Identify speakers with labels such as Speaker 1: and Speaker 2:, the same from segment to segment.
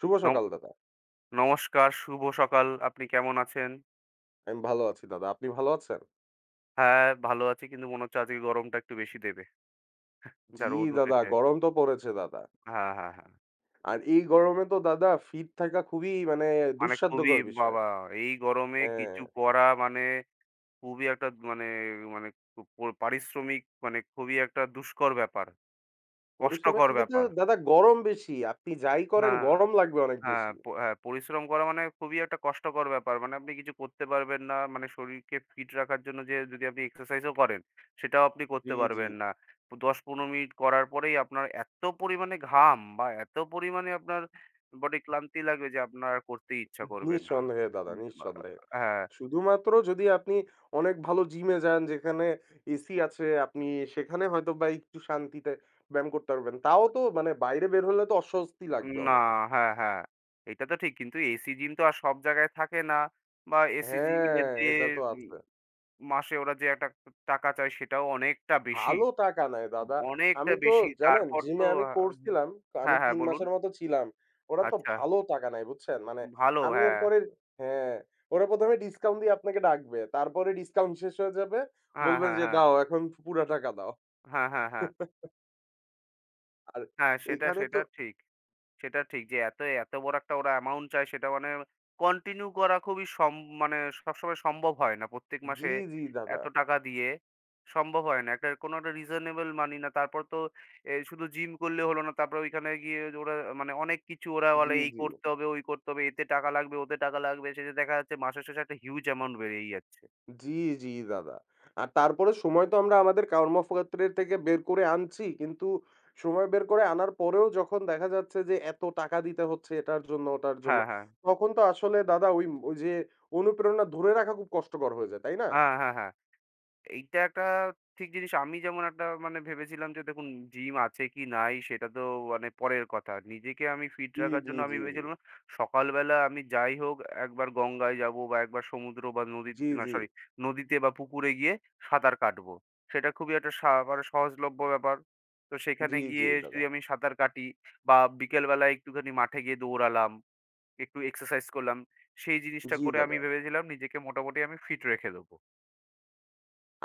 Speaker 1: শুভ
Speaker 2: নম
Speaker 1: সকাল দাদা।
Speaker 2: নমস্কার, শুভ সকাল। আপনি কেমন আছেন?
Speaker 1: আমি ভালো আছি দাদা। আপনি ভালো আছেন?
Speaker 2: হ্যাঁ, ভালো আছি। কিন্তু মনে হচ্ছে আজকে গরমটা একটু বেশি দেবে। যা
Speaker 1: জি
Speaker 2: রোদ
Speaker 1: দাদা,
Speaker 2: উঠেছে।
Speaker 1: গরম তো পড়েছে দাদা।
Speaker 2: হ্যাঁ, হ্যাঁ, হ্যাঁ।
Speaker 1: আর এই গরমে তো দাদা ফিট থাকা খুবই মানে
Speaker 2: মানে খুবই
Speaker 1: দুঃসাধ্যকর বিষয়।
Speaker 2: বাবা! এই গরমে
Speaker 1: হ্যাঁ,
Speaker 2: কিছু করা মানে খুবই একটা মানে মানে খুব পারিশ্রমিক মানে খুবই একটা দুষ্কর ব্যাপার।
Speaker 1: পরিশ্রমের
Speaker 2: কষ্টকর
Speaker 1: থেকে তো
Speaker 2: ব্যাপার।
Speaker 1: দাদা গরম বেশি। আপনি যাই করেন
Speaker 2: হ্যাঁ।
Speaker 1: গরম লাগবে অনেক
Speaker 2: হ্যাঁ,
Speaker 1: বেশি।
Speaker 2: হ্যাঁ, পরিশ্রম করা মানে খুবই একটা কষ্টকর ব্যাপার। মানে আপনি কিছু করতে পারবেন না। মানে শরীরকে ফিট রাখার জন্য যে যদি আপনি এক্সারসাইজও করেন, সেটাও আপনি
Speaker 1: জি,
Speaker 2: করতে
Speaker 1: জি।
Speaker 2: পারবেন না। ১০-১৫ মিনিট করার পরেই আপনার এত পরিমাণে ঘাম বা এত পরিমাণে আপনার বডি ক্লান্তি লাগবে যে আপনার আর করতেই ইচ্ছা করবে না।
Speaker 1: নিঃসন্দেহে দাদা,
Speaker 2: উম বা
Speaker 1: নিঃসন্দেহে।
Speaker 2: হ্যাঁ,
Speaker 1: শুধুমাত্র যদি আপনি অনেক ভালো জিমে যান যেখানে এসি আছে, আপনি সেখানে হয়তোবা একটু শান্তিতে ব্যায়াম করতে পারবেন। তাও তো মানে বাইরে বের হলে তো অস্বস্তি লাগবে
Speaker 2: না,
Speaker 1: অনেক।
Speaker 2: হ্যাঁ, হ্যাঁ। এটা তো ঠিক। কিন্তু এসি জিম তো আর সব জায়গায় থাকে না। বা এসি জিমের
Speaker 1: হ্যাঁ,
Speaker 2: যে
Speaker 1: এটা তো
Speaker 2: উম
Speaker 1: আছে।
Speaker 2: মাসে ওরা যে একটা টাকা চায় সেটাও অনেকটা বেশি।
Speaker 1: ভালো টাকা নেয় দাদা।
Speaker 2: অনেকটা
Speaker 1: আমি তো
Speaker 2: বেশি।
Speaker 1: জানেন
Speaker 2: তারপর তো
Speaker 1: জিমে আমি
Speaker 2: হুম।
Speaker 1: করছিলাম। তো আমি
Speaker 2: হ্যাঁ, হ্যাঁ
Speaker 1: ৩
Speaker 2: বলুন।
Speaker 1: মাসের মতো ছিলাম। ওরা তো
Speaker 2: আচ্ছা,
Speaker 1: ভালো টাকা নেয় বুঝছেন? মানে
Speaker 2: ভালো
Speaker 1: আমি
Speaker 2: হ্যাঁ।
Speaker 1: এরপরে, হ্যাঁ, ওরা ১ম এ ডিসকাউন্ট দিয়ে আপনাকে ডাকবে। তারপরে ডিসকাউন্ট শেষ হয়ে যাবে।
Speaker 2: হ্যাঁ,
Speaker 1: বলবে
Speaker 2: হ্যাঁ,
Speaker 1: যে,
Speaker 2: হ্যাঁ।
Speaker 1: "দাও এখন পুরা টাকা দাও।"
Speaker 2: হ্যাঁ, হ্যাঁ, হ্যাঁ।
Speaker 1: আর
Speaker 2: হ্যাঁ, সেটা,
Speaker 1: এখানে তো,
Speaker 2: সেটা ঠিক। সেটা ঠিক যে এত, এত বড় একটা ওরা অ্যামাউন্ট চায় সেটা মানে কন্টিনিউ করা খুবই মানে সবসময় সম্ভব হয় না। প্রত্যেক মাসে
Speaker 1: জি, জি দাদা।
Speaker 2: এত টাকা দিয়ে সম্ভব হয় না। একটা কোনো একটা রিজনেবল মানি না। তারপর তো এ শুধু জিম করলে হলো না। তারপরে ওইখানে গিয়ে ওরা মানে অনেক কিছু ওরা বলে
Speaker 1: জি,
Speaker 2: এই
Speaker 1: জি।
Speaker 2: করতে হবে, ওই করতে হবে, এতে টাকা লাগবে, ওতে টাকা লাগবে। শেষে দেখা যাচ্ছে মাসের শেষে একটা হিউজ অ্যামাউন্ট বেরিয়েই যাচ্ছে।
Speaker 1: জি, জি দাদা। আর তারপরে সময় তো আমরা আমাদের কর্মক্ষেত্রের থেকে বের করে আনছি। কিন্তু সময় বের করে আনার পরেও যখন দেখা যাচ্ছে যে এত টাকা দিতে হচ্ছে এটার জন্য, ওটার জন্য,
Speaker 2: হ্যাঁ, হ্যাঁ।
Speaker 1: তখন তো আসলে দাদা ওই ওই যে অনুপ্রেরণা ধরে রাখা খুব কষ্টকর হয়ে যায়, তাই না?
Speaker 2: হ্যাঁ, হ্যাঁ, হ্যাঁ। এইটা একটা ঠিক জিনিস। আমি যেমন একটা মানে ভেবেছিলাম যে দেখুন জিম আছে কি নাই সেটা তো মানে পরের কথা। নিজেকে আমি ফিট
Speaker 1: জি,
Speaker 2: রাখার
Speaker 1: জি,
Speaker 2: জন্য আমি
Speaker 1: জি, জি।
Speaker 2: ভেবেছিলাম সকালবেলা আমি যাই হোক একবার গঙ্গায় যাবো বা একবার সমুদ্র বা নদী
Speaker 1: জি,
Speaker 2: না
Speaker 1: জি।
Speaker 2: সরি নদীতে বা পুকুরে গিয়ে সাঁতার কাটবো। সেটা খুবই একটা মানে সহজলভ্য ব্যাপার। তো সেখানে
Speaker 1: জি, জি
Speaker 2: গিয়ে যদি
Speaker 1: দাদা।
Speaker 2: আমি সাঁতার কাটি বা বিকেলবেলা একটুখানি মাঠে গিয়ে দৌড়ালাম, একটু এক্সারসাইজ করলাম। সেই জিনিসটা
Speaker 1: জি
Speaker 2: করে আমি
Speaker 1: দাদা।
Speaker 2: ভেবেছিলাম নিজেকে মোটামুটি আমি ফিট রেখে দেবো।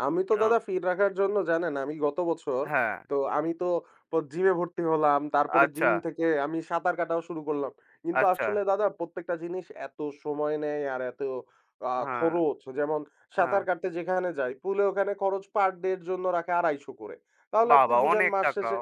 Speaker 1: আমি তো
Speaker 2: আ
Speaker 1: দাদা ফিট রাখার জন্য জানেন আমি গত বছর
Speaker 2: হ্যাঁ।
Speaker 1: তো আমি তো জিমে ভর্তি হলাম। তারপরে
Speaker 2: আচ্ছা,
Speaker 1: জিম থেকে আমি সাঁতার কাটাও শুরু করলাম। কিন্তু
Speaker 2: আচ্ছা।
Speaker 1: আসলে দাদা প্রত্যেকটা জিনিস এত সময় নেয় আর এত
Speaker 2: হ্যাঁ,
Speaker 1: খরচ। যেমন
Speaker 2: হ্যাঁ।
Speaker 1: সাঁতার কাটতে যেখানে যাই, পুলে ওখানে খরচ পার ডে এর জন্য রাখে ২৫০ করে। তাহলে
Speaker 2: বাহ!
Speaker 1: আপনি
Speaker 2: বাহ!
Speaker 1: বুঝেন
Speaker 2: অনেক
Speaker 1: মাস
Speaker 2: টাকা,
Speaker 1: শেষে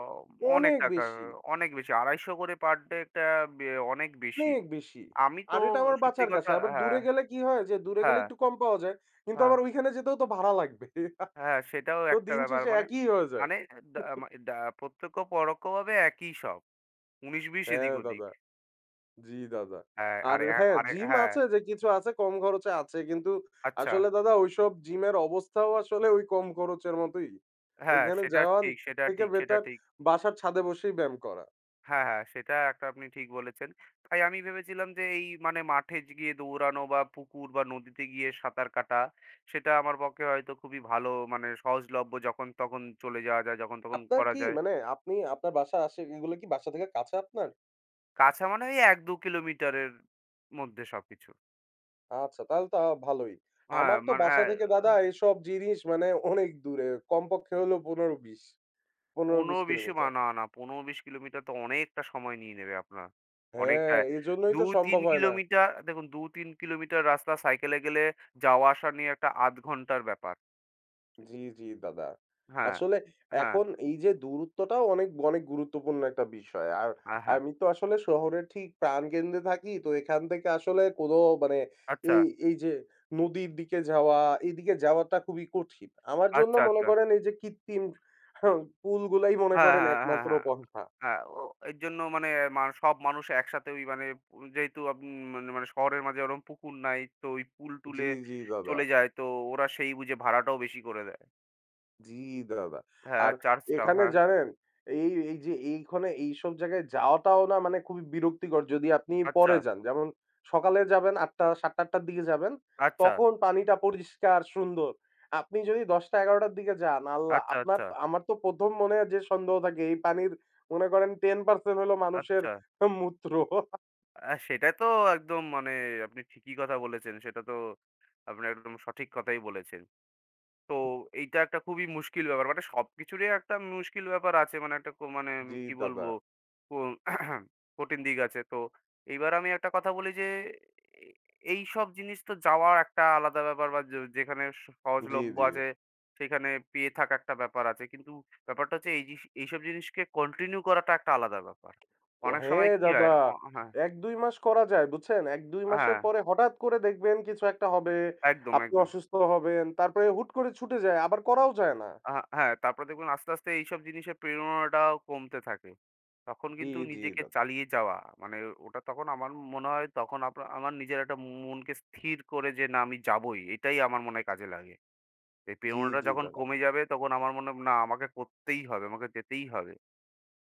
Speaker 2: অনেক
Speaker 1: অনেক
Speaker 2: টাকা,
Speaker 1: বেশি,
Speaker 2: অনেক বেশি। ২৫০ করে পার ডে একটা বে অনেক বেশি।
Speaker 1: অনেক বেশি।
Speaker 2: আমি
Speaker 1: আর
Speaker 2: তো
Speaker 1: এটা আমার
Speaker 2: সত্যি
Speaker 1: বাঁচার কাছে।
Speaker 2: কথা
Speaker 1: আবার
Speaker 2: হ্যাঁ,
Speaker 1: দূরে গেলে কি হয় যে দূরে গেলে
Speaker 2: হ্যাঁ,
Speaker 1: একটু কম পাওয়া যায়। কিন্তু
Speaker 2: হ্যাঁ,
Speaker 1: আবার ওইখানে যেতেও তো ভাড়া লাগবে।
Speaker 2: হ্যাঁ, সেটাও
Speaker 1: তো
Speaker 2: একটা
Speaker 1: দিন
Speaker 2: ব্যাপার।
Speaker 1: শেষে
Speaker 2: মানে
Speaker 1: একই হয়ে যায়।
Speaker 2: মানে ডা মা ডা প্রত্যক্ষ পরোক্ষভাবে একই সব। ১৯-২০ এদিক
Speaker 1: হ্যাঁ
Speaker 2: ওদিক।
Speaker 1: দাদা। জি দাদা।
Speaker 2: হ্যাঁ,
Speaker 1: আর
Speaker 2: আর এ
Speaker 1: হ্যাঁ,
Speaker 2: আর
Speaker 1: জিম
Speaker 2: হ্যাঁ,
Speaker 1: আছে যে কিছু আছে কম খরচে আছে। কিন্তু
Speaker 2: আচ্ছা।
Speaker 1: আসলে দাদা ওইসব জিমের অবস্থাও আসলে ওই কম খরচের মতোই।
Speaker 2: হ্যাঁ,
Speaker 1: ওইখানে
Speaker 2: সেটা
Speaker 1: যাওয়া
Speaker 2: ঠিক, সেটা
Speaker 1: থেকে
Speaker 2: ঠিক, সেটা
Speaker 1: বেটার
Speaker 2: ঠিক।
Speaker 1: বাসার ছাদে বসেই ব্যায়াম করা।
Speaker 2: হ্যাঁ, হ্যাঁ, সেটা একটা আপনি ঠিক বলেছেন। তাই আমি ভেবেছিলাম যে এই মানে মাঠে গিয়ে দৌড়ানো বা পুকুর বা নদীতে গিয়ে সাঁতার কাটা, সেটা আমার পক্ষে হয়তো খুবই ভালো মানে সহজলভ্য যখন তখন চলে যাওয়া যায়, যখন তখন
Speaker 1: আপনার
Speaker 2: করা
Speaker 1: কি
Speaker 2: যায়।
Speaker 1: মানে আপনি আপনার বাসা আসে এগুলো কি বাসা থেকে কাছে আপনার?
Speaker 2: কাছে মানে ওই ১-২ কিলোমিটারের মধ্যে সবকিছু।
Speaker 1: আচ্ছা তাহলে তো ভালোই।
Speaker 2: হ্যাঁ,
Speaker 1: আমার তো
Speaker 2: মানে
Speaker 1: বাসা
Speaker 2: হ্যাঁ,
Speaker 1: থেকে দাদা এসব জিনিস মানে অনেক দূরে। কমপক্ষে হলো ১৫-২০
Speaker 2: ১৫-২০ বা
Speaker 1: কিলোমিটার।
Speaker 2: না, না ১৫-২০ কিলোমিটার তো অনেকটা সময় নিয়ে নেবে আপনার।
Speaker 1: হ্যাঁ,
Speaker 2: অনেকটা
Speaker 1: এজন্যই তো
Speaker 2: ২-৩
Speaker 1: সম্ভব হয় না।
Speaker 2: কিলোমিটার দেখুন ২-৩ কিলোমিটার রাস্তা সাইকেলে গেলে যাওয়া আসা নিয়ে একটা ০.৫ ঘন্টার ব্যাপার।
Speaker 1: জি, জি দাদা।
Speaker 2: হ্যাঁ,
Speaker 1: আসলে
Speaker 2: হ্যাঁ,
Speaker 1: এখন এই যে দূরত্বটাও অনেক, অনেক গুরুত্বপূর্ণ একটা বিষয়। আর
Speaker 2: হ্যাঁ, হ্যাঁ।
Speaker 1: আমি তো আসলে শহরের ঠিক প্রাণকেন্দ্রে থাকি। তো এখান থেকে আসলে কোনো মানে
Speaker 2: আচ্ছা,
Speaker 1: এই, এই যে নদীর দিকে যাওয়া, এদিকে যাওয়াটা খুবই কঠিন। আমার জন্য
Speaker 2: আচ্ছা,
Speaker 1: মনে
Speaker 2: আচ্ছা।
Speaker 1: করেন এই যে কৃত্রিম পুলগুলাই মনে
Speaker 2: হ্যাঁ,
Speaker 1: করেন
Speaker 2: হ্যাঁ, হ্যাঁ,
Speaker 1: একমাত্র
Speaker 2: হ্যাঁ।
Speaker 1: পন্থা।
Speaker 2: হ্যাঁ, হ্যাঁ, ও এর জন্য মানে মা সব মানুষ একসাথে ওই মানে যেহেতু মানে মানে শহরের মাঝে ওরকম পুকুর নাই, তো ওই পুল
Speaker 1: জি,
Speaker 2: টুলে
Speaker 1: জি দাদা।
Speaker 2: চলে যায়। তো ওরা সেই বুঝে ভাড়াটাও বেশি করে দেয়।
Speaker 1: জি দাদা।
Speaker 2: হ্যাঁ,
Speaker 1: আর
Speaker 2: চার্জটাও।
Speaker 1: এখানে
Speaker 2: হ্যাঁ।
Speaker 1: জানেন এই যে এইখানে এইসব জায়গায় যাওয়াটাও না মানে খুবই বিরক্তিকর যদি আপনি
Speaker 2: আচ্ছা,
Speaker 1: পরে যান। যেমন সকালে যাবেন ৮ঃ০০ ৭ঃ০০-৮ঃ০০ র দিকে যাবেন,
Speaker 2: আচ্ছা,
Speaker 1: তখন পানিটা পরিষ্কার সুন্দর। আপনি যদি ১০ঃ০০-১১ঃ০০ র দিকে যান, আল্লাহ!
Speaker 2: আচ্ছা,
Speaker 1: আপনার,
Speaker 2: আচ্ছা,
Speaker 1: আমার তো ১ম মনে হয় যে সন্দেহ থাকে এই পানির, মনে করেন 10% হলো মানুষের
Speaker 2: আচ্ছা।
Speaker 1: মূত্র।
Speaker 2: সেটা তো একদম মানে আপনি ঠিকই কথা বলেছেন। সেটা তো আপনি একদম সঠিক কথাই বলেছেন। তো এইটা একটা খুবই মুশকিল ব্যাপার। মানে সবকিছুরই একটা মুশকিল ব্যাপার আছে। মানে একটা মানে
Speaker 1: জি
Speaker 2: কি বলবো?
Speaker 1: দাদা।
Speaker 2: কো কঠিন দিক আছে। তো এইবার আমি একটা কথা বলি যে, এ এইসব জিনিস তো যাওয়া একটা আলাদা ব্যাপার বা যে যেখানে
Speaker 1: জি,
Speaker 2: সহজলভ্য
Speaker 1: জি।
Speaker 2: আছে সেখানে পেয়ে থাকা একটা ব্যাপার আছে। কিন্তু ব্যাপারটা হচ্ছে এই এইসব জিনিসকে কন্টিনিউ করাটা একটা আলাদা ব্যাপার। অনেক সময়
Speaker 1: হ্যাঁ
Speaker 2: কি হয়?
Speaker 1: দাদা।
Speaker 2: হ্যাঁ,
Speaker 1: ১-২ মাস করা যায় বুঝছেন? ১-২ মাসের
Speaker 2: হ্যাঁ,
Speaker 1: পরে হঠাৎ করে দেখবেন কিছু একটা হবে,
Speaker 2: একদম,
Speaker 1: আপনি
Speaker 2: একদম।
Speaker 1: অসুস্থ হবেন, তারপরে হুট করে ছুটে যায়, আবার করাও যায় না।
Speaker 2: আ হ্যাঁ, তারপরে দেখবেন আস্তে, আস্তে এইসব জিনিসের প্রেরণাটাও কমতে থাকে। তখন
Speaker 1: জি,
Speaker 2: কিন্তু
Speaker 1: জি
Speaker 2: নিজেকে
Speaker 1: দাদা।
Speaker 2: চালিয়ে যাওয়া মানে ওটা তখন আমার মনে হয় তখন আমার নিজের একটা মনকে স্থির করে যে না আমি যাবোই। এটাই আমার মনে হয় কাজে লাগে। এই
Speaker 1: জি,
Speaker 2: প্রেরণাটা
Speaker 1: জি
Speaker 2: যখন
Speaker 1: দাদা।
Speaker 2: কমে যাবে তখন আমার মনে হবে না আমাকে করতেই হবে, আমাকে যেতেই হবে।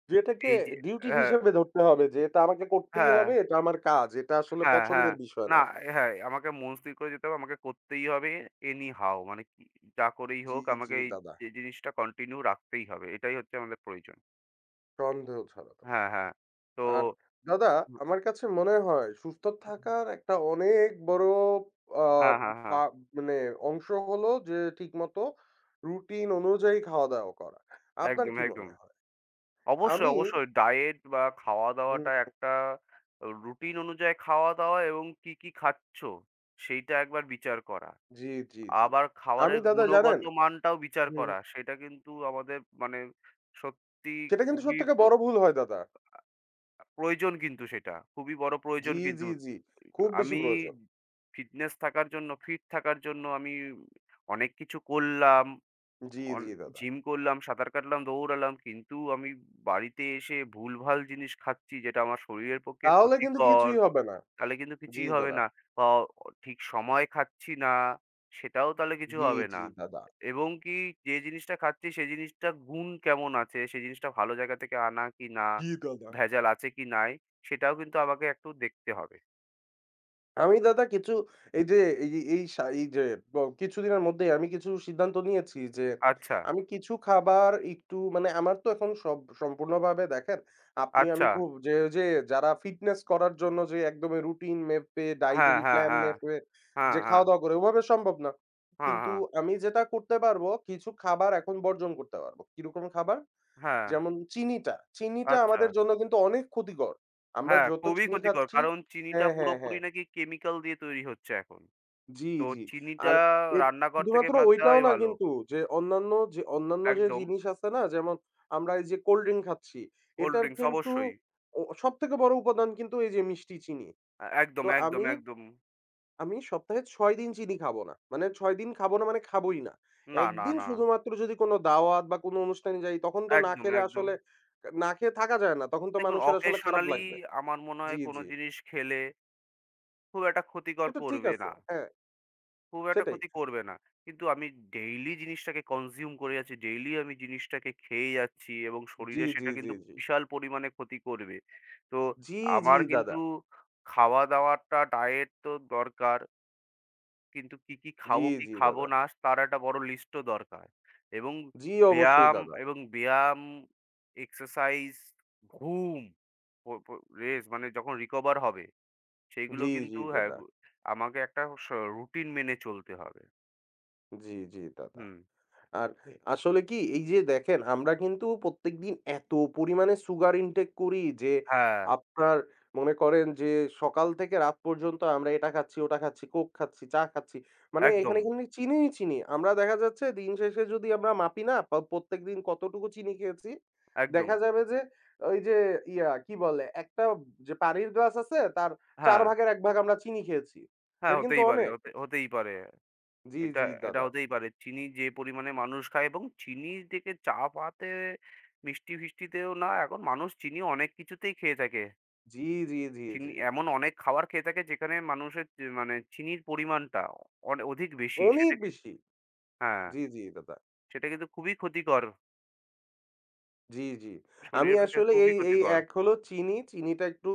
Speaker 1: যে এটাকে
Speaker 2: এই যে
Speaker 1: ডিউটি
Speaker 2: হ্যাঁ,
Speaker 1: হিসেবে ধরতে হবে যে এটা আমাকে করতেই
Speaker 2: হ্যাঁ,
Speaker 1: হবে, এটা আমার কাজ। এটা আসলে
Speaker 2: হ্যাঁ, হ্যাঁ।
Speaker 1: পছন্দের বিষয় না।
Speaker 2: না হ্যাঁ, আমাকে মন স্থির করে যেতে হবে, আমাকে করতেই হবে এনি হাউ মানে কি যা করেই
Speaker 1: জি,
Speaker 2: হোক
Speaker 1: জি
Speaker 2: আমাকে এই
Speaker 1: দাদা।
Speaker 2: যে জিনিসটা কন্টিনিউ রাখতেই হবে। এটাই হচ্ছে আমাদের প্রয়োজন।
Speaker 1: সন্দেহ ছাড়া দাদা।
Speaker 2: হ্যাঁ, হ্যাঁ। তো
Speaker 1: আর দাদা
Speaker 2: উম,
Speaker 1: আমার কাছে মনে হয় সুস্থ থাকার একটা অনেক বড় আহ,
Speaker 2: হ্যাঁ, হ্যাঁ, হ্যাঁ।
Speaker 1: মানে অংশ হলো যে ঠিকমতো রুটিন অনুযায়ী খাওয়া দাওয়া করা, আপনার
Speaker 2: একদম,
Speaker 1: কি
Speaker 2: একদম।
Speaker 1: মনে হয়?
Speaker 2: অবশ্যই,
Speaker 1: আমি
Speaker 2: অবশ্যই ডায়েট বা
Speaker 1: হুম,
Speaker 2: খাওয়া-দাওয়াটা একটা রুটিন অনুযায়ী খাওয়া-দাওয়া এবং কি, কি সেইটা একবার বিচার করা।
Speaker 1: জি, জি, জি।
Speaker 2: আবার
Speaker 1: আমি
Speaker 2: খাবারের
Speaker 1: দাদা
Speaker 2: গুণগত
Speaker 1: জানেন,
Speaker 2: মানটাও বিচার
Speaker 1: হুম, হুম,
Speaker 2: করা। সেটা কিন্তু আমাদের মানে সত্যি
Speaker 1: সেটা কিন্তু সব
Speaker 2: খুবই
Speaker 1: থেকে বড় ভুল হয় দাদা।
Speaker 2: প্রয়োজন কিন্তু সেটা। খুবই বড় প্রয়োজন
Speaker 1: জি,
Speaker 2: কিন্তু।
Speaker 1: জি, জি। খুব বেশি
Speaker 2: আমি
Speaker 1: প্রয়োজন।
Speaker 2: ফিটনেস থাকার জন্য, ফিট থাকার জন্য আমি অনেক কিছু করলাম।
Speaker 1: জি,
Speaker 2: অন
Speaker 1: জি দাদা।
Speaker 2: জিম করলাম, সাঁতার কাটলাম, দৌড়ালাম। কিন্তু আমি বাড়িতে এসে ভুলভাল জিনিস খাচ্ছি যেটা আমার শরীরের পক্ষে
Speaker 1: তাহলে কিন্তু
Speaker 2: ক্ষতিকর,
Speaker 1: কিছুই হবে না।
Speaker 2: তাহলে কিন্তু
Speaker 1: জি
Speaker 2: কিছুই হবে
Speaker 1: দাদা।
Speaker 2: না। বা ঠিক সময়ে খাচ্ছি না, সেটাও তাহলে কিছু
Speaker 1: জি,
Speaker 2: হবে না।
Speaker 1: জি দাদা।
Speaker 2: এবং কি যে জিনিসটা খাচ্ছি সেই জিনিসটার গুণ কেমন আছে, সেই জিনিসটা ভালো জায়গা থেকে আনা কি না,
Speaker 1: জি দাদা।
Speaker 2: ভেজাল আছে কি নাই, সেটাও কিন্তু আমাকে একটু দেখতে হবে।
Speaker 1: আমি দাদা কিছু, এই যে এই যে- এই সা এই যে ব কিছুদিনের মধ্যেই আমি কিছু সিদ্ধান্ত নিয়েছি যে,
Speaker 2: আচ্ছা,
Speaker 1: আমি কিছু খাবার একটু মানে আমার তো এখন সব সম্পূর্ণভাবে দেখেন, আপনি, আমি
Speaker 2: আচ্ছা।
Speaker 1: পু যে যে যারা ফিটনেস করার জন্য যে একদমই রুটিন মেপে
Speaker 2: হ্যাঁ,
Speaker 1: ডায়েটারি
Speaker 2: হ্যাঁ,
Speaker 1: প্ল্যান
Speaker 2: হ্যাঁ।
Speaker 1: মেপে
Speaker 2: হ্যাঁ,
Speaker 1: যে
Speaker 2: হ্যাঁ।
Speaker 1: খাওয়া-দাওয়া করে ওভাবে সম্ভব না।
Speaker 2: হ্যাঁ,
Speaker 1: কিন্তু
Speaker 2: হ্যাঁ।
Speaker 1: আমি যেটা করতে পারবো কিছু খাবার এখন বর্জন করতে পারবো। কিরকম খাবার?
Speaker 2: হ্যাঁ,
Speaker 1: যেমন চিনিটা
Speaker 2: আচ্ছা।
Speaker 1: আমাদের জন্য কিন্তু অনেক ক্ষতিকর। আমরা
Speaker 2: হ্যাঁ,
Speaker 1: যত
Speaker 2: খুবই
Speaker 1: চিনি
Speaker 2: ক্ষতিকর।
Speaker 1: খাচ্ছি,
Speaker 2: কারণ চিনিটা
Speaker 1: হ্যাঁ, হ্যাঁ,
Speaker 2: পুরোপুরি
Speaker 1: হ্যাঁ।
Speaker 2: নাকি কেমিক্যাল দিয়ে তৈরি হচ্ছে এখন।
Speaker 1: জি,
Speaker 2: তো
Speaker 1: জি। আর
Speaker 2: চিনিটা
Speaker 1: এর
Speaker 2: রান্নাঘর থেকে
Speaker 1: শুধুমাত্র
Speaker 2: বাদ
Speaker 1: ওইটাও
Speaker 2: দেওয়াই
Speaker 1: না
Speaker 2: ভালো।
Speaker 1: কিন্তু যে অন্যান্য যে
Speaker 2: একদম।
Speaker 1: জিনিস আছে না? যেমন আমরা এই যে কোল্ড ড্রিংক খাচ্ছি,
Speaker 2: কোল্ড
Speaker 1: এটার
Speaker 2: ড্রিংকস
Speaker 1: কিন্তু
Speaker 2: অবশ্যই।
Speaker 1: সবথেকে বড় উপাদান কিন্তু এই যে মিষ্টি চিনি।
Speaker 2: একদম,
Speaker 1: তো
Speaker 2: একদম, একদম।
Speaker 1: আমি সপ্তাহে ৬ দিন চিনি খাবো না। মানে ৬ দিন খাবো না মানে খাবোই না।
Speaker 2: না, না,
Speaker 1: একদিন
Speaker 2: না।
Speaker 1: শুধুমাত্র যদি কোনো দাওয়াত বা কোনো অনুষ্ঠানে যাই, তখন তো না
Speaker 2: একদম,
Speaker 1: খেলে
Speaker 2: একদম।
Speaker 1: আসলে না খেয়ে থাকা যায় না। তখন তো
Speaker 2: দেখুন
Speaker 1: মানুষের আসলে খারাপ
Speaker 2: occasionally
Speaker 1: লাগবে।
Speaker 2: আমার মনে
Speaker 1: জি,
Speaker 2: হয় কোন
Speaker 1: জি।
Speaker 2: জিনিস খেলে খুব একটা ক্ষতিকর
Speaker 1: এটা ঠিক
Speaker 2: করবে
Speaker 1: আছে।
Speaker 2: না।
Speaker 1: হ্যাঁ,
Speaker 2: খুব একটা
Speaker 1: সেটাই।
Speaker 2: ক্ষতি করবে না। কিন্তু আমি ডেইলি জিনিসটাকে কনজিউম করে যাচ্ছি, ডেইলি আমি জিনিসটাকে খেয়ে যাচ্ছি এবং
Speaker 1: জি,
Speaker 2: শরীরে
Speaker 1: জি,
Speaker 2: সেটা
Speaker 1: জি,
Speaker 2: কিন্তু
Speaker 1: জি।
Speaker 2: বিশাল পরিমাণে ক্ষতি করবে। তো
Speaker 1: জি, জি
Speaker 2: আমার কিন্তু
Speaker 1: দাদা।
Speaker 2: খাওয়া-দাওয়াটা ডায়েট তো দরকার। কিন্তু কি, কি
Speaker 1: জি,
Speaker 2: খাবো, কি
Speaker 1: জি
Speaker 2: খাবো
Speaker 1: দাদা।
Speaker 2: না তার একটা বড় লিস্টও দরকার। এবং
Speaker 1: জি অবশ্যই
Speaker 2: ব্যায়াম
Speaker 1: দাদা।
Speaker 2: এবং ব্যায়াম, এক্সারসাইজ, ঘুম, প প রেস্ট মানে যখন রিকভার হবে সেইগুলো
Speaker 1: জি, জি
Speaker 2: কিন্তু হ্যাঁ,
Speaker 1: দাদা।
Speaker 2: আমাকে একটা রুটিন মেনে চলতে হবে।
Speaker 1: জি, জি দাদা।
Speaker 2: হুম।
Speaker 1: আর আসলে কি এই যে দেখেন আমরা কিন্তু প্রত্যেকদিন এত পরিমাণে সুগার ইনটেক করি যে,
Speaker 2: হ্যাঁ,
Speaker 1: আপনার মনে করেন যে সকাল থেকে রাত পর্যন্ত আমরা এটা খাচ্ছি, ওটা খাচ্ছি, কোক খাচ্ছি, চা খাচ্ছি, মানে
Speaker 2: একদম,
Speaker 1: এখানে কিন্তু চিনিই চিনি। আমরা দেখা যাচ্ছে দিন শেষে যদি আমরা মাপি না প্রত্যেকদিন কতটুকু চিনি খেয়েছি,
Speaker 2: একদম।
Speaker 1: দেখা যাবে যে ওই যে কি বলে একটা যে পানির গ্লাস আছে তার চার
Speaker 2: হ্যাঁ,
Speaker 1: ভাগের এক ভাগ আমরা চিনি খেয়েছি।
Speaker 2: হ্যাঁ,
Speaker 1: এটা কিন্তু
Speaker 2: হতেই পারে,
Speaker 1: অনেক।
Speaker 2: হতেই পারে।
Speaker 1: জি,
Speaker 2: এটা
Speaker 1: জি
Speaker 2: এটা
Speaker 1: দাদা।
Speaker 2: হতেই পারে। চিনি যে পরিমাণে মানুষ খায় এবং চিনি থেকে চা পাতে মিষ্টি-ফিষ্টিতেও না, এখন মানুষ চিনি অনেক কিছুতেই খেয়ে থাকে।
Speaker 1: জি, জি, জি,
Speaker 2: চিনি
Speaker 1: জি।
Speaker 2: এমন অনেক খাবার খেয়ে থাকে যেখানে মানুষের মানে চিনির পরিমাণটা অধিক বেশি।
Speaker 1: অনেক
Speaker 2: সেটা
Speaker 1: বেশি।
Speaker 2: হ্যাঁ,
Speaker 1: জি, জি দাদা।
Speaker 2: সেটা কিন্তু খুবই ক্ষতিকর।
Speaker 1: জি, জি। আমি
Speaker 2: শরীরের পক্ষে
Speaker 1: আসলে
Speaker 2: খুবই
Speaker 1: এই
Speaker 2: ক্ষতিকর।
Speaker 1: এক হলো চিনি। চিনিটা একটু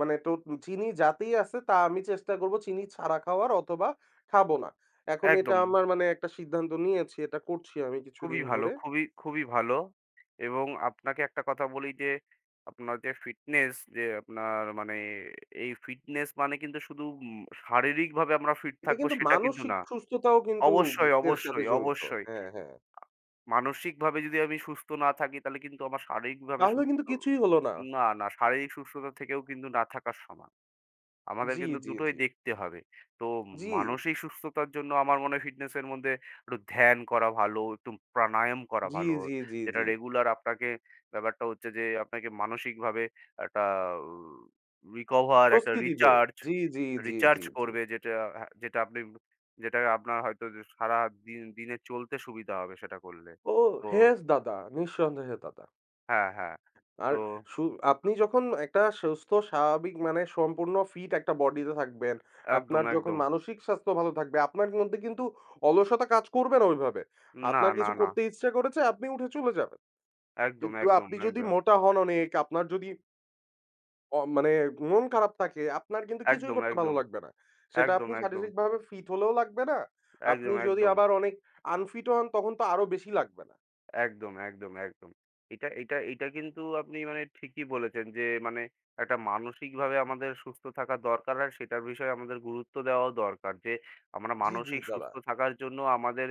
Speaker 1: মানে তো চিনি যাতেই আছে তা আমি চেষ্টা করব চিনি ছাড়া খাওয়ার, অথবা খাবো না। এখন এটা
Speaker 2: একদম।
Speaker 1: আমার মানে একটা সিদ্ধান্ত নিয়েছি। এটা করছি আমি
Speaker 2: খুবই
Speaker 1: কিছুদিন
Speaker 2: ভালো,
Speaker 1: ধরে।
Speaker 2: খুবই, খুবই ভালো এবং আপনাকে একটা কথা বলি যে, আপনার যে ফিটনেস যে আপনার মানে এই ফিটনেস মানে কিন্তু শুধু শারীরিকভাবে আমরা ফিট
Speaker 1: এটা
Speaker 2: থাকবো
Speaker 1: কিন্তু
Speaker 2: সেটা কিন্তু
Speaker 1: মানসিক
Speaker 2: না।
Speaker 1: সুস্থতাও কিন্তু
Speaker 2: অবশ্যই,
Speaker 1: এর সাথে
Speaker 2: অবশ্যই,
Speaker 1: জড়িত।
Speaker 2: অবশ্যই।
Speaker 1: হ্যাঁ, হ্যাঁ।
Speaker 2: মানসিকভাবে যদি আমি সুস্থ না থাকি তাহলে কিন্তু আমার শারীরিকভাবে
Speaker 1: তাহলে কিন্তু
Speaker 2: সুস্থ
Speaker 1: কিছুই হলো না।
Speaker 2: না, না শারীরিক সুস্থতা থেকেও কিন্তু না থাকার সমান। আমাদের
Speaker 1: জি,
Speaker 2: কিন্তু
Speaker 1: জি,
Speaker 2: দুটোই
Speaker 1: জি।
Speaker 2: দেখতে হবে। তো
Speaker 1: জি,
Speaker 2: মানসিক সুস্থতার জন্য আমার মনে হয় ফিটনেসের মধ্যে একটু ধ্যান করা ভালো, একটু প্রাণায়াম করা
Speaker 1: জি,
Speaker 2: ভালো।
Speaker 1: জি, জি,
Speaker 2: যেটা
Speaker 1: জি।
Speaker 2: রেগুলার আপনাকে ব্যাপারটা হচ্ছে যে আপনাকে মানসিকভাবে একটা রিকভার, একটা
Speaker 1: স্বস্তি দিবে।
Speaker 2: রিচার্জ,
Speaker 1: জি, জি, জি,
Speaker 2: রিচার্জ
Speaker 1: জি, জি।
Speaker 2: করবে যেটা হ্যাঁ, যেটা আপনি যেটা আপনার হয়তো যে সারা দিনে চলতে সুবিধা হবে সেটা করলে।
Speaker 1: ও!
Speaker 2: তো
Speaker 1: ইয়েস দাদা। নিঃসন্দেহে দাদা।
Speaker 2: হ্যাঁ, হ্যাঁ।
Speaker 1: আর
Speaker 2: তো
Speaker 1: সু আপনি যখন একটা সুস্থ স্বাভাবিক মানে সম্পূর্ণ ফিট একটা বডিতে থাকবেন,
Speaker 2: একদম,
Speaker 1: আপনার যখন
Speaker 2: একদম।
Speaker 1: মানসিক স্বাস্থ্য ভালো থাকবে, আপনার মধ্যে কিন্তু অলসতা কাজ করবে না ওইভাবে।
Speaker 2: না,
Speaker 1: আপনার
Speaker 2: না,
Speaker 1: কিছু
Speaker 2: না।
Speaker 1: করতে ইচ্ছা করেছে, আপনি উঠে চলে যাবেন।
Speaker 2: একদম,
Speaker 1: কিন্তু
Speaker 2: একদম,
Speaker 1: আপনি যদি
Speaker 2: একদম।
Speaker 1: মোটা হন অনেক, আপনার যদি মানে মন খারাপ থাকে, আপনার কিন্তু কিছুই
Speaker 2: একদম,
Speaker 1: করতে ভালো
Speaker 2: একদম।
Speaker 1: লাগবে না। সেটা
Speaker 2: একদম,
Speaker 1: আপনি
Speaker 2: একদম,
Speaker 1: শারীরিকভাবে ফিট হলেও লাগবে না। আপনি
Speaker 2: একদম,
Speaker 1: যদি
Speaker 2: একদম,
Speaker 1: আবার অনেক আনফিট হন, তখন তো আরো বেশি লাগবে না।
Speaker 2: একদম, একদম, একদম। এটা এটা এটা কিন্তু আপনি মানে ঠিকই বলেছেন যে মানে একটা মানসিকভাবে আমাদের সুস্থ থাকা দরকার আর সেটার বিষয়ে আমাদের গুরুত্ব দেওয়াও দরকার যে আমরা
Speaker 1: জি, জি
Speaker 2: মানসিক
Speaker 1: দাদা।
Speaker 2: সুস্থ থাকার জন্য আমাদের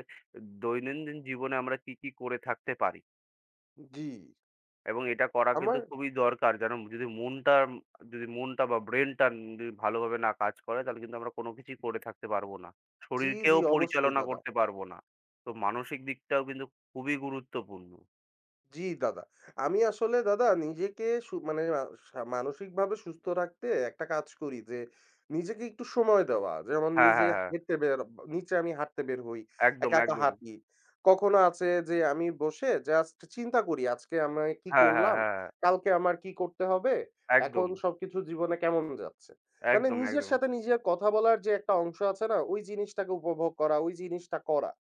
Speaker 2: দৈনন্দিন জীবনে আমরা কী, কী করে থাকতে পারি।
Speaker 1: জি।
Speaker 2: এবং এটা করা
Speaker 1: আমার,
Speaker 2: কিন্তু খুবই দরকার। যদি মনটা যদি মনটা বা ব্রেইনটা যদি ভালোভাবে না কাজ করে তাহলে কিন্তু আমরা কোনো কিছুই করে থাকতে পারবো না।
Speaker 1: জি, জি
Speaker 2: শরীরকেও
Speaker 1: অবশ্যই
Speaker 2: পরিচালনা
Speaker 1: দাদা।
Speaker 2: করতে পারবো না। তো মানসিক দিকটাও কিন্তু খুবই গুরুত্বপূর্ণ।
Speaker 1: জি দাদা। আমি আসলে দাদা নিজেকে সু মানে আ সা মানসিকভাবে সুস্থ রাখতে একটা কাজ করি যে, নিজেকে একটু সময় দেওয়া। যেমন
Speaker 2: হ্যাঁ,
Speaker 1: নিজে
Speaker 2: হ্যাঁ, হ্যাঁ।
Speaker 1: হেঁটে বের নিচে আমি হাঁটতে বের হই।
Speaker 2: একদম,
Speaker 1: একা, একা
Speaker 2: একদম।
Speaker 1: হাঁটি। কখনো আছে যে আমি বসে জাস্ট চিন্তা করি আজকে আমি কি
Speaker 2: হ্যাঁ, হ্যাঁ,
Speaker 1: করলাম?
Speaker 2: হ্যাঁ, হ্যাঁ।
Speaker 1: কালকে আমার কি করতে হবে? এখন
Speaker 2: একদম,
Speaker 1: সবকিছু জীবনে কেমন যাচ্ছে? মানে
Speaker 2: একদম,
Speaker 1: নিজের
Speaker 2: একদম,
Speaker 1: সাথে নিজের কথা বলার যে একটা অংশ আছে না? ওই জিনিসটাকে উপভোগ করা, ওই জিনিসটা করা।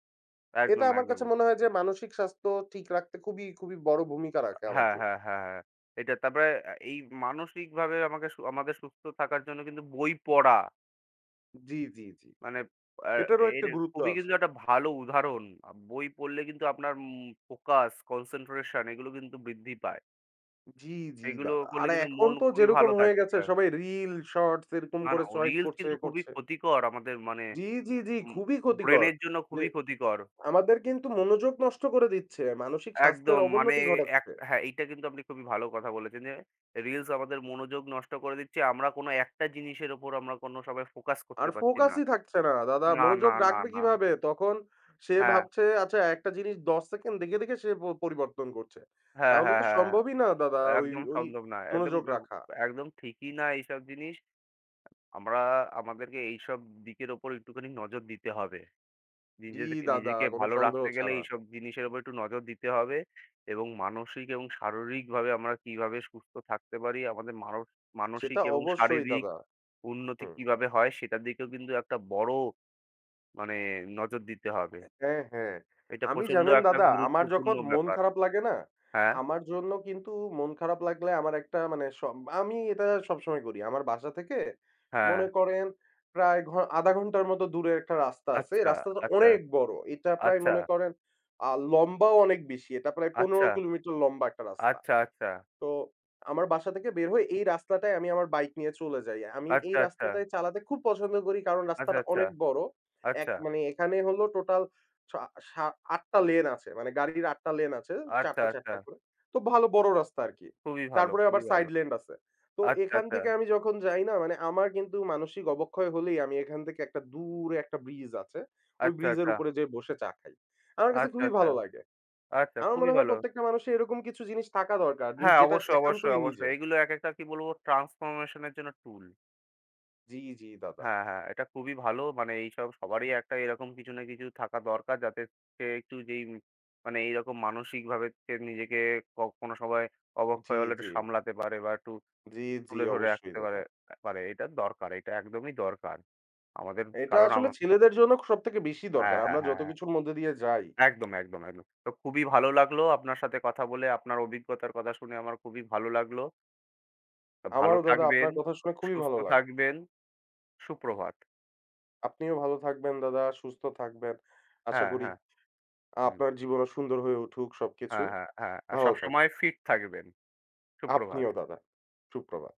Speaker 1: এটা
Speaker 2: একদম,
Speaker 1: আমার
Speaker 2: একদম।
Speaker 1: কাছে মনে হয় যে মানসিক স্বাস্থ্য ঠিক রাখতে খুবই, খুবই বড় ভূমিকা রাখে আমার
Speaker 2: হ্যাঁ,
Speaker 1: জন্য।
Speaker 2: হ্যাঁ, হ্যাঁ, হ্যাঁ। এটা তারপরে এই মানসিকভাবে আমাকে সু আমাদের সুস্থ থাকার জন্য কিন্তু বই পড়া
Speaker 1: জি, জি, জি।
Speaker 2: মানে আ
Speaker 1: এটারও
Speaker 2: এর
Speaker 1: একটা গুরুত্ব
Speaker 2: খুবই কিন্তু
Speaker 1: আছে।
Speaker 2: একটা ভালো উদাহরণ। বই পড়লে কিন্তু আপনার ফোকাস, কনসেনট্রেশন এগুলো কিন্তু বৃদ্ধি পায়।
Speaker 1: জি, জি
Speaker 2: এগুলো
Speaker 1: দাদা।
Speaker 2: করলে
Speaker 1: আর
Speaker 2: কিন্তু
Speaker 1: এখন
Speaker 2: মন
Speaker 1: তো
Speaker 2: খুবই
Speaker 1: যেরকম
Speaker 2: ভালো
Speaker 1: হয়ে
Speaker 2: থাকে।
Speaker 1: গেছে
Speaker 2: হ্যাঁ।
Speaker 1: সবাই রিল, শর্টস এরকম
Speaker 2: না, না,
Speaker 1: করে
Speaker 2: ও
Speaker 1: সোয়াইপ
Speaker 2: রিলস
Speaker 1: করছে,
Speaker 2: কিন্তু খুবই
Speaker 1: করছে।
Speaker 2: ক্ষতিকর আমাদের মানে
Speaker 1: জি, জি, জি,
Speaker 2: উম
Speaker 1: খুবই ক্ষতিকর।
Speaker 2: ব্রেনের জন্য
Speaker 1: যে
Speaker 2: খুবই ক্ষতিকর।
Speaker 1: আমাদের কিন্তু মনোযোগ নষ্ট করে দিচ্ছে, মানসিক
Speaker 2: একদম
Speaker 1: স্বাস্থ্যের
Speaker 2: মানে
Speaker 1: অবনতি ঘটাচ্ছে।
Speaker 2: হ্যাঁ, এইটা কিন্তু আপনি খুবই ভালো কথা বলেছেন যে, রিলস আমাদের মনোযোগ নষ্ট করে দিচ্ছে। আমরা কোনো একটা জিনিসের উপর আমরা কোনো সময় ফোকাস
Speaker 1: আর
Speaker 2: করতে পারছি না।
Speaker 1: ফোকাসই থাকছে না দাদা।
Speaker 2: না,
Speaker 1: মনোযোগ
Speaker 2: না, না,
Speaker 1: রাখবে
Speaker 2: না।
Speaker 1: কিভাবে? তখন সে
Speaker 2: হ্যাঁ।
Speaker 1: ভাবছে আচ্ছা একটা জিনিস ১০ সেকেন্ড দেখে, দেখে সে পরিবর্তন করছে।
Speaker 2: হ্যাঁ,
Speaker 1: তাহলে
Speaker 2: হ্যাঁ,
Speaker 1: তো
Speaker 2: হ্যাঁ, হ্যাঁ।
Speaker 1: সম্ভবই না দাদা ওই,
Speaker 2: একদম
Speaker 1: ওই
Speaker 2: সম্ভব না। একদম
Speaker 1: মনোযোগ রাখা।
Speaker 2: একদম ঠিকই না এইসব জিনিস। আমরা আমাদেরকে এইসব দিকের ওপর একটুখানি নজর দিতে হবে।
Speaker 1: জি
Speaker 2: নিজেদেরকে
Speaker 1: দাদা,
Speaker 2: নিজেকে
Speaker 1: কোনো
Speaker 2: ভালো
Speaker 1: সন্দেহ
Speaker 2: রাখতে গেলে
Speaker 1: ছাড়া।
Speaker 2: এইসব জিনিসের উপর একটু নজর দিতে হবে এবং মানসিক এবং শারীরিকভাবে আমরা কিভাবে সুস্থ থাকতে পারি, আমাদের মানসিক
Speaker 1: সেটা
Speaker 2: এবং
Speaker 1: অবশ্যই
Speaker 2: শারীরিক
Speaker 1: দাদা।
Speaker 2: উন্নতি
Speaker 1: হুম।
Speaker 2: কিভাবে হয় সেটার দিকেও কিন্তু একটা বড় মানে নজর দিতে হবে।
Speaker 1: হ্যাঁ, হ্যাঁ।
Speaker 2: এটা
Speaker 1: আমি
Speaker 2: প্রচন্ড
Speaker 1: জানেন
Speaker 2: একটা
Speaker 1: দাদা, আমার
Speaker 2: গুরুত্বপূর্ণ
Speaker 1: যখন মন
Speaker 2: ব্যাপার।
Speaker 1: খারাপ লাগে না?
Speaker 2: হ্যাঁ,
Speaker 1: আমার জন্য কিন্তু মন খারাপ লাগলে আমার একটা মানে আমি এটা সবসময় করি। আমার বাসা থেকে
Speaker 2: হ্যাঁ।
Speaker 1: মনে করেন প্রায় ০.৫ ঘন্টার মতো দূরে একটা রাস্তা আছে। এই
Speaker 2: আচ্ছা,
Speaker 1: রাস্তাটা
Speaker 2: আচ্ছা,
Speaker 1: অনেক বড়। এটা প্রায়
Speaker 2: আচ্ছা,
Speaker 1: মনে করেন লম্বাও অনেক বেশি। এটা প্রায় ১৫
Speaker 2: আচ্ছা,
Speaker 1: কিলোমিটার লম্বা একটা রাস্তা।
Speaker 2: আচ্ছা, আচ্ছা, আচ্ছা।
Speaker 1: তো আমার বাসা থেকে বের হয়ে এই রাস্তাটায় আমি আমার বাইক নিয়ে চলে যাই। আমি এই
Speaker 2: আচ্ছা, আচ্ছা,
Speaker 1: রাস্তাটায় চালাতে খুব পছন্দ করি কারণ
Speaker 2: আচ্ছা,
Speaker 1: রাস্তাটা
Speaker 2: আচ্ছা,
Speaker 1: অনেক বড়।
Speaker 2: আচ্ছা,
Speaker 1: মানে এখানে হলো টোটাল ছা সা ৮ টা লেন আছে। মানে গাড়ির ৮ টা লেন আছে। ৪
Speaker 2: আচ্ছা,
Speaker 1: টা, ৪
Speaker 2: আচ্ছা।
Speaker 1: টা করে। তো ভালো বড় রাস্তা আরকি।
Speaker 2: খুবই ভালো,
Speaker 1: তারপরে আবার
Speaker 2: খুবই
Speaker 1: সাইড
Speaker 2: ভালো।
Speaker 1: লেন আছে। তো
Speaker 2: আচ্ছা,
Speaker 1: এখান
Speaker 2: আচ্ছা,
Speaker 1: থেকে আমি যখন যাই না মানে আমার কিন্তু মানসিক অবক্ষয় হলেই আমি এখান থেকে একটা দূরে একটা ব্রিজ আছে। ওই
Speaker 2: আচ্ছা,
Speaker 1: ব্রিজের
Speaker 2: আচ্ছা,
Speaker 1: উপরে যেয়ে বসে চা খাই। আমার কাছে
Speaker 2: আচ্ছা,
Speaker 1: খুবই
Speaker 2: আচ্ছা,
Speaker 1: ভালো লাগে।
Speaker 2: আচ্ছা,
Speaker 1: আমার
Speaker 2: খুবই
Speaker 1: মনে হয়
Speaker 2: ভালো।
Speaker 1: প্রত্যেকটা মানুষের এরকম কিছু জিনিস থাকা দরকার।
Speaker 2: হ্যাঁ,
Speaker 1: যেটা
Speaker 2: অবশ্যই,
Speaker 1: একান্তই
Speaker 2: অবশ্যই, অবশ্যই।
Speaker 1: নিজের।
Speaker 2: এগুলো একেকটা কি বলবো ট্রান্সফরমেশন এর জন্য টুল।
Speaker 1: জি, জি দাদা।
Speaker 2: হ্যাঁ, হ্যাঁ, এটা খুবই ভালো। মানে এইসব সবারই একটা এরকম কিছু না কিছু থাকা দরকার যাতে সে একটু যেই মানে এইরকম মানসিকভাবে সে নিজেকে কোনো সময়
Speaker 1: জি,
Speaker 2: অবক্ষয় হলে
Speaker 1: জি।
Speaker 2: একটু সামলাতে পারে বা একটু
Speaker 1: জি, জি
Speaker 2: তুলে ধরে
Speaker 1: অবশ্যই
Speaker 2: রাখতে পারে
Speaker 1: দাদা।
Speaker 2: পারে। এটা দরকার। এটা একদমই দরকার। আমাদের
Speaker 1: এটা
Speaker 2: কারণ আম
Speaker 1: আসলে ছেলেদের জন্য সবথেকে বেশি
Speaker 2: হ্যাঁ,
Speaker 1: দরকার।
Speaker 2: হ্যাঁ,
Speaker 1: আমরা
Speaker 2: হ্যাঁ,
Speaker 1: যত
Speaker 2: হ্যাঁ।
Speaker 1: কিছুর মধ্যে দিয়ে যাই।
Speaker 2: একদম, একদম, একদম। তো খুবই ভালো লাগলো আপনার সাথে কথা বলে। আপনার অভিজ্ঞতার কথা শুনে আমার খুবই ভালো লাগলো। তো ভালো
Speaker 1: আমারও দাদা
Speaker 2: থাকবেন,
Speaker 1: আপনার কথা শুনে খুবই
Speaker 2: সুস্থ
Speaker 1: ভালো লাগলো।
Speaker 2: থাকবেন। সুপ্রভাত।
Speaker 1: আপনিও ভালো থাকবেন দাদা, সুস্থ থাকবেন। আশা
Speaker 2: হ্যাঁ,
Speaker 1: করি
Speaker 2: হ্যাঁ। হুম।
Speaker 1: আপনার জীবনও সুন্দর হয়ে উঠুক সবকিছু।
Speaker 2: হ্যাঁ, হ্যাঁ, হ্যাঁ। আর
Speaker 1: ভালো
Speaker 2: সবসময়
Speaker 1: থাকবেন।
Speaker 2: ফিট থাকবেন। সুপ্রভাত।
Speaker 1: আপনিও দাদা। সুপ্রভাত।